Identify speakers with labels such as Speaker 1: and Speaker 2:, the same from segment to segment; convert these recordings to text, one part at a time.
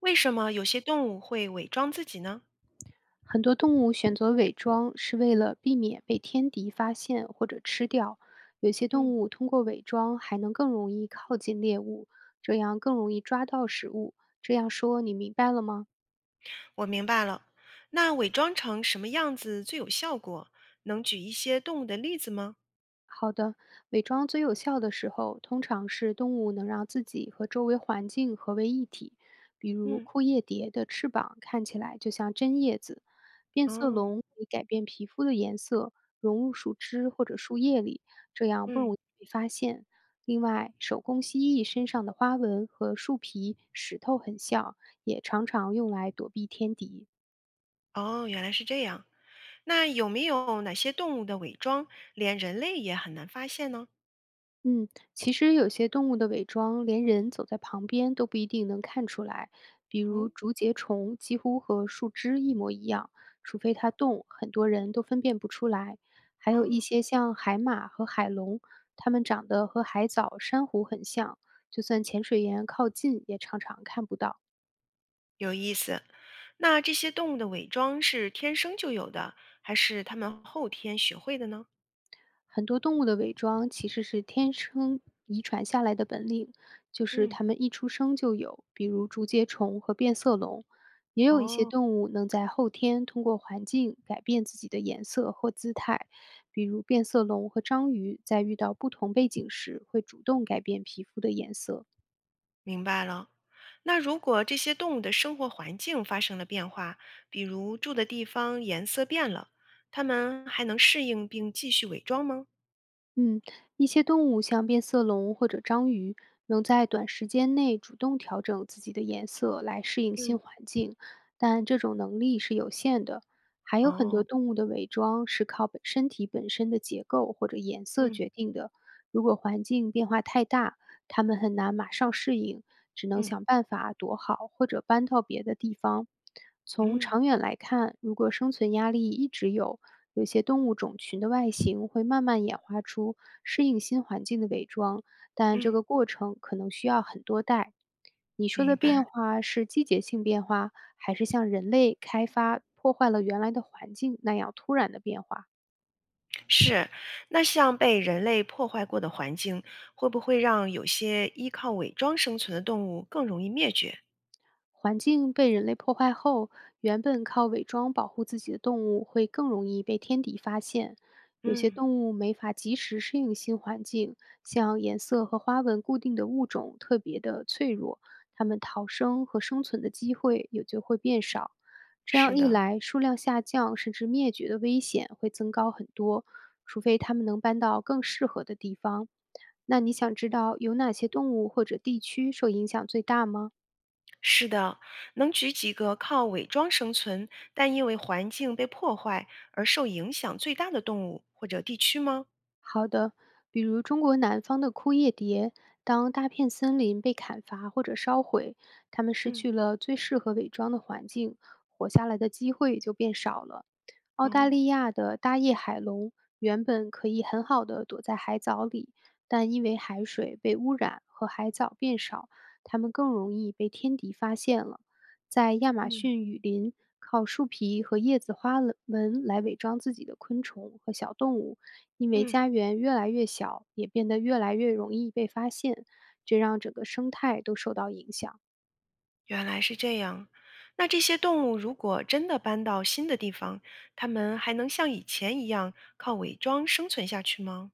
Speaker 1: 为什么有些动物会伪装自己呢？
Speaker 2: 很多动物选择伪装是为了避免被天敌发现或者吃掉。有些
Speaker 1: 嗯，
Speaker 2: 动物通过伪装还能更容易靠近猎物，这样更容易抓到食物。这样说你明白了吗？
Speaker 1: 我明白了。那伪装成什么样子最有效果？能举一些动物的例子吗？
Speaker 2: 好的，伪装最有效的时候，通常是动物能让自己和周围环境合为一体，比如
Speaker 1: 嗯，
Speaker 2: 枯叶蝶的翅膀看起来就像真叶子，变色
Speaker 1: 哦，
Speaker 2: 龙可以改变皮肤的颜色，融入树枝或者树叶里，这样不
Speaker 1: 嗯，
Speaker 2: 容易被发现。另外，手工蜥蜴身上的花纹和树皮、石头很像，也常常用来躲避天敌。
Speaker 1: 哦，原来是这样。那有没有哪些动物的伪装连人类也很难发现呢？
Speaker 2: 嗯，其实有些动物的伪装，连人走在旁边都不一定能看出来。比
Speaker 1: 哦，
Speaker 2: 如竹节虫几乎和树枝一模一样，除非它动，很多人都分辨不出来。还有一
Speaker 1: 哦，
Speaker 2: 些像海马和海龙，它们长得和海藻、珊瑚很像，就算潜水员靠近也常常看不到。
Speaker 1: 有意思。那这些动物的伪装是天生就有的，还是它们后天学会的呢？
Speaker 2: 很多动物的伪装其实是天生遗传下来的本领，就是
Speaker 1: 嗯，
Speaker 2: 它们一出生就有，比如竹节虫和变色龙。也有一些
Speaker 1: 哦。
Speaker 2: 动物能在后天通过环境改变自己的颜色或姿态，比如变色龙和章鱼在遇到不同背景时会主动改变皮肤的颜色。
Speaker 1: 明白了。那如果这些动物的生活环境发生了变化，比如住的地方颜色变了，它们还能适应并继续伪装吗？
Speaker 2: 嗯，一些动物像变色龙或者章鱼，能在短时间内主动调整自己的颜色来适应新
Speaker 1: 嗯
Speaker 2: 环境，但这种能力是有限的。还有很多
Speaker 1: 哦，
Speaker 2: 动物的伪装是靠本身体本身的结构或者颜色
Speaker 1: 嗯
Speaker 2: 决定的，如果环境变化太大，他们很难马上适应，只能
Speaker 1: 嗯
Speaker 2: 想办法躲好或者搬到别的地方。从
Speaker 1: 嗯
Speaker 2: 长远来看，如果生存压力一直有，有些动物种群的外形会慢慢演化出适应新环境的伪装，但这
Speaker 1: 嗯，
Speaker 2: 个过程可能需要很多代。你说
Speaker 1: 明
Speaker 2: 的
Speaker 1: 白。
Speaker 2: 变化是季节性变化，还是像人类开发破坏了原来的环境那样突然的变化？
Speaker 1: 是，那像被人类破坏过的环境，会不会让有些依靠伪装生存的动物更容易灭绝？
Speaker 2: 环境被人类破坏后，原本靠伪装保护自己的动物会更容易被天敌发现。有些
Speaker 1: 嗯，
Speaker 2: 动物没法及时适应新环境，像颜色和花纹固定的物种特别的脆弱，它们逃生和生存的机会也就会变少。这
Speaker 1: 是
Speaker 2: 样一
Speaker 1: 的。
Speaker 2: 来，数量下降甚至灭绝的危险会增高很多，除非它们能搬到更适合的地方。那你想知道有哪些动物或者地区受影响最大吗？
Speaker 1: 是的，能举几个靠伪装生存，但因为环境被破坏而受影响最大的动物或者地区吗？
Speaker 2: 好的，比如中国南方的枯叶蝶，当大片森林被砍伐或者烧毁，它们失
Speaker 1: 嗯，
Speaker 2: 去了最适合伪装的环境，活下来的机会也就变少了。澳大
Speaker 1: 哦，
Speaker 2: 利亚的大叶海龙原本可以很好的躲在海藻里，但因为海水被污染和海藻变少，它们更容易被天敌发现了。在亚马逊雨林，靠树皮和叶子花了纹来伪装自己的昆虫和小动物，因为
Speaker 1: 嗯，
Speaker 2: 家园越来越小，也变得越来越容易被发现，这让整个生态都受到影响。
Speaker 1: 原来是这样。那这些动物如果真的搬到新的地方，它们还能像以前一样靠伪装生存下去吗？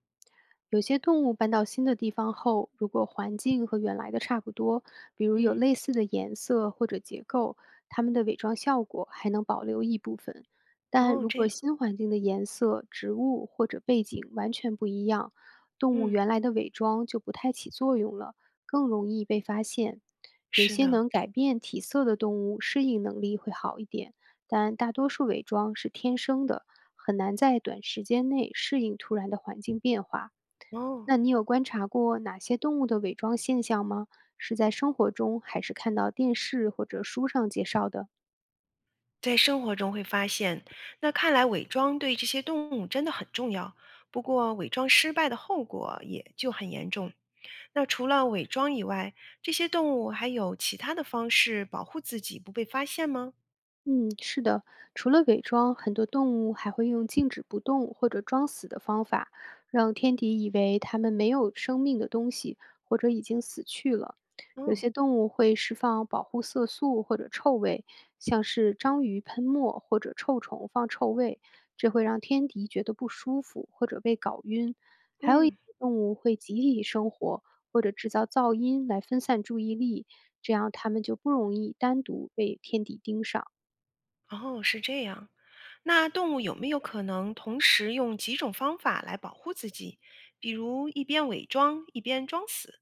Speaker 2: 有些动物搬到新的地方后，如果环境和原来的差不多，比如有
Speaker 1: 嗯，
Speaker 2: 类似的颜色或者结构，它们的伪装效果还能保留一部分。但
Speaker 1: 哦，
Speaker 2: 如
Speaker 1: 这
Speaker 2: 果
Speaker 1: 样，
Speaker 2: 新环境的颜色、植物或者背景完全不一样，动物
Speaker 1: 嗯，
Speaker 2: 原来的伪装就不太起作用了，更容易被发现。有
Speaker 1: 是
Speaker 2: 些
Speaker 1: 的，
Speaker 2: 能改变体色的动物适应能力会好一点，但大多数伪装是天生的，很难在短时间内适应突然的环境变化。
Speaker 1: 哦。
Speaker 2: 那你有观察过哪些动物的伪装现象吗？是在生活中，还是看到电视或者书上介绍的？
Speaker 1: 在生活中会发现，那看来伪装对这些动物真的很重要。不过，伪装失败的后果也就很严重。那除了伪装以外，这些动物还有其他的方式保护自己不被发现吗？
Speaker 2: 嗯，是的，除了伪装，很多动物还会用静止不动或者装死的方法，让天敌以为它们没有生命的东西或者已经死去了。有
Speaker 1: 哦，
Speaker 2: 些动物会释放保护色素或者臭味，像是章鱼喷墨或者臭虫放臭味，这会让天敌觉得不舒服或者被搞晕。还有一
Speaker 1: 嗯，
Speaker 2: 些动物会集体生活或者制造噪音来分散注意力，这样它们就不容易单独被天敌盯上。
Speaker 1: 哦，是这样。那动物有没有可能同时用几种方法来保护自己？比如一边伪装一边装死？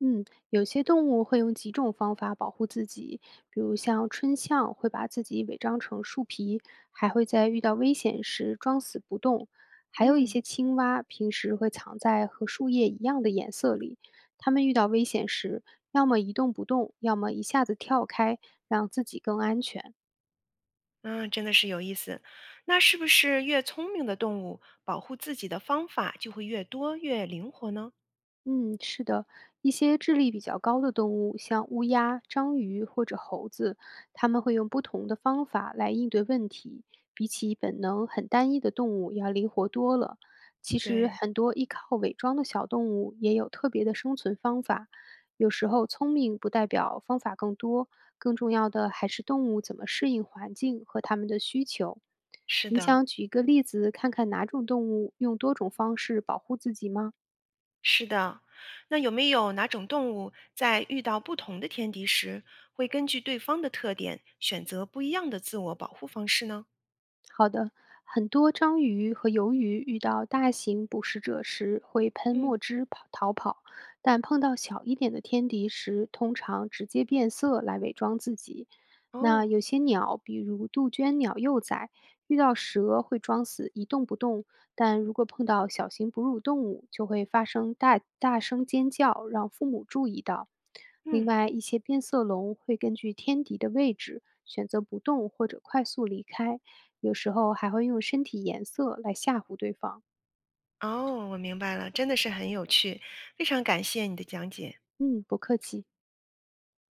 Speaker 2: 嗯，有些动物会用几种方法保护自己，比如像春象会把自己伪装成树皮，还会在遇到危险时装死不动。还有一
Speaker 1: 嗯。
Speaker 2: 些青蛙平时会藏在和树叶一样的颜色里，它们遇到危险时，要么一动不动，要么一下子跳开，让自己更安全。
Speaker 1: 嗯，真的是有意思。那是不是越聪明的动物，保护自己的方法就会越多、越灵活呢？
Speaker 2: 嗯，是的，一些智力比较高的动物，像乌鸦、章鱼或者猴子，它们会用不同的方法来应对问题，比起本能很单一的动物要灵活多了。其实，
Speaker 1: 对，
Speaker 2: 很多依靠伪装的小动物也有特别的生存方法。有时候，聪明不代表方法更多，更重要的还是动物怎么适应环境和它们的需求。
Speaker 1: 是
Speaker 2: 你
Speaker 1: 的，
Speaker 2: 想举一个例子，看看哪种动物用多种方式保护自己吗？
Speaker 1: 是的。那有没有哪种动物在遇到不同的天敌时，会根据对方的特点选择不一样的自我保护方式呢？
Speaker 2: 好的，很多章鱼和鱿鱼遇到大型捕食者时会喷
Speaker 1: 嗯，
Speaker 2: 墨汁跑逃跑，但碰到小一点的天敌时，通常直接变色来伪装自己。那
Speaker 1: 哦，
Speaker 2: 有些鸟，比如杜鹃鸟幼崽，遇到蛇会装死一动不动，但如果碰到小型哺乳动物，就会发生大大声尖叫，让父母注意到。另
Speaker 1: 嗯，
Speaker 2: 外，一些变色龙会根据天敌的位置选择不动或者快速离开。有时候还会用身体颜色来吓唬对方。
Speaker 1: 哦，我明白了，真的是很有趣，非常感谢你的讲解。
Speaker 2: 嗯，不客气。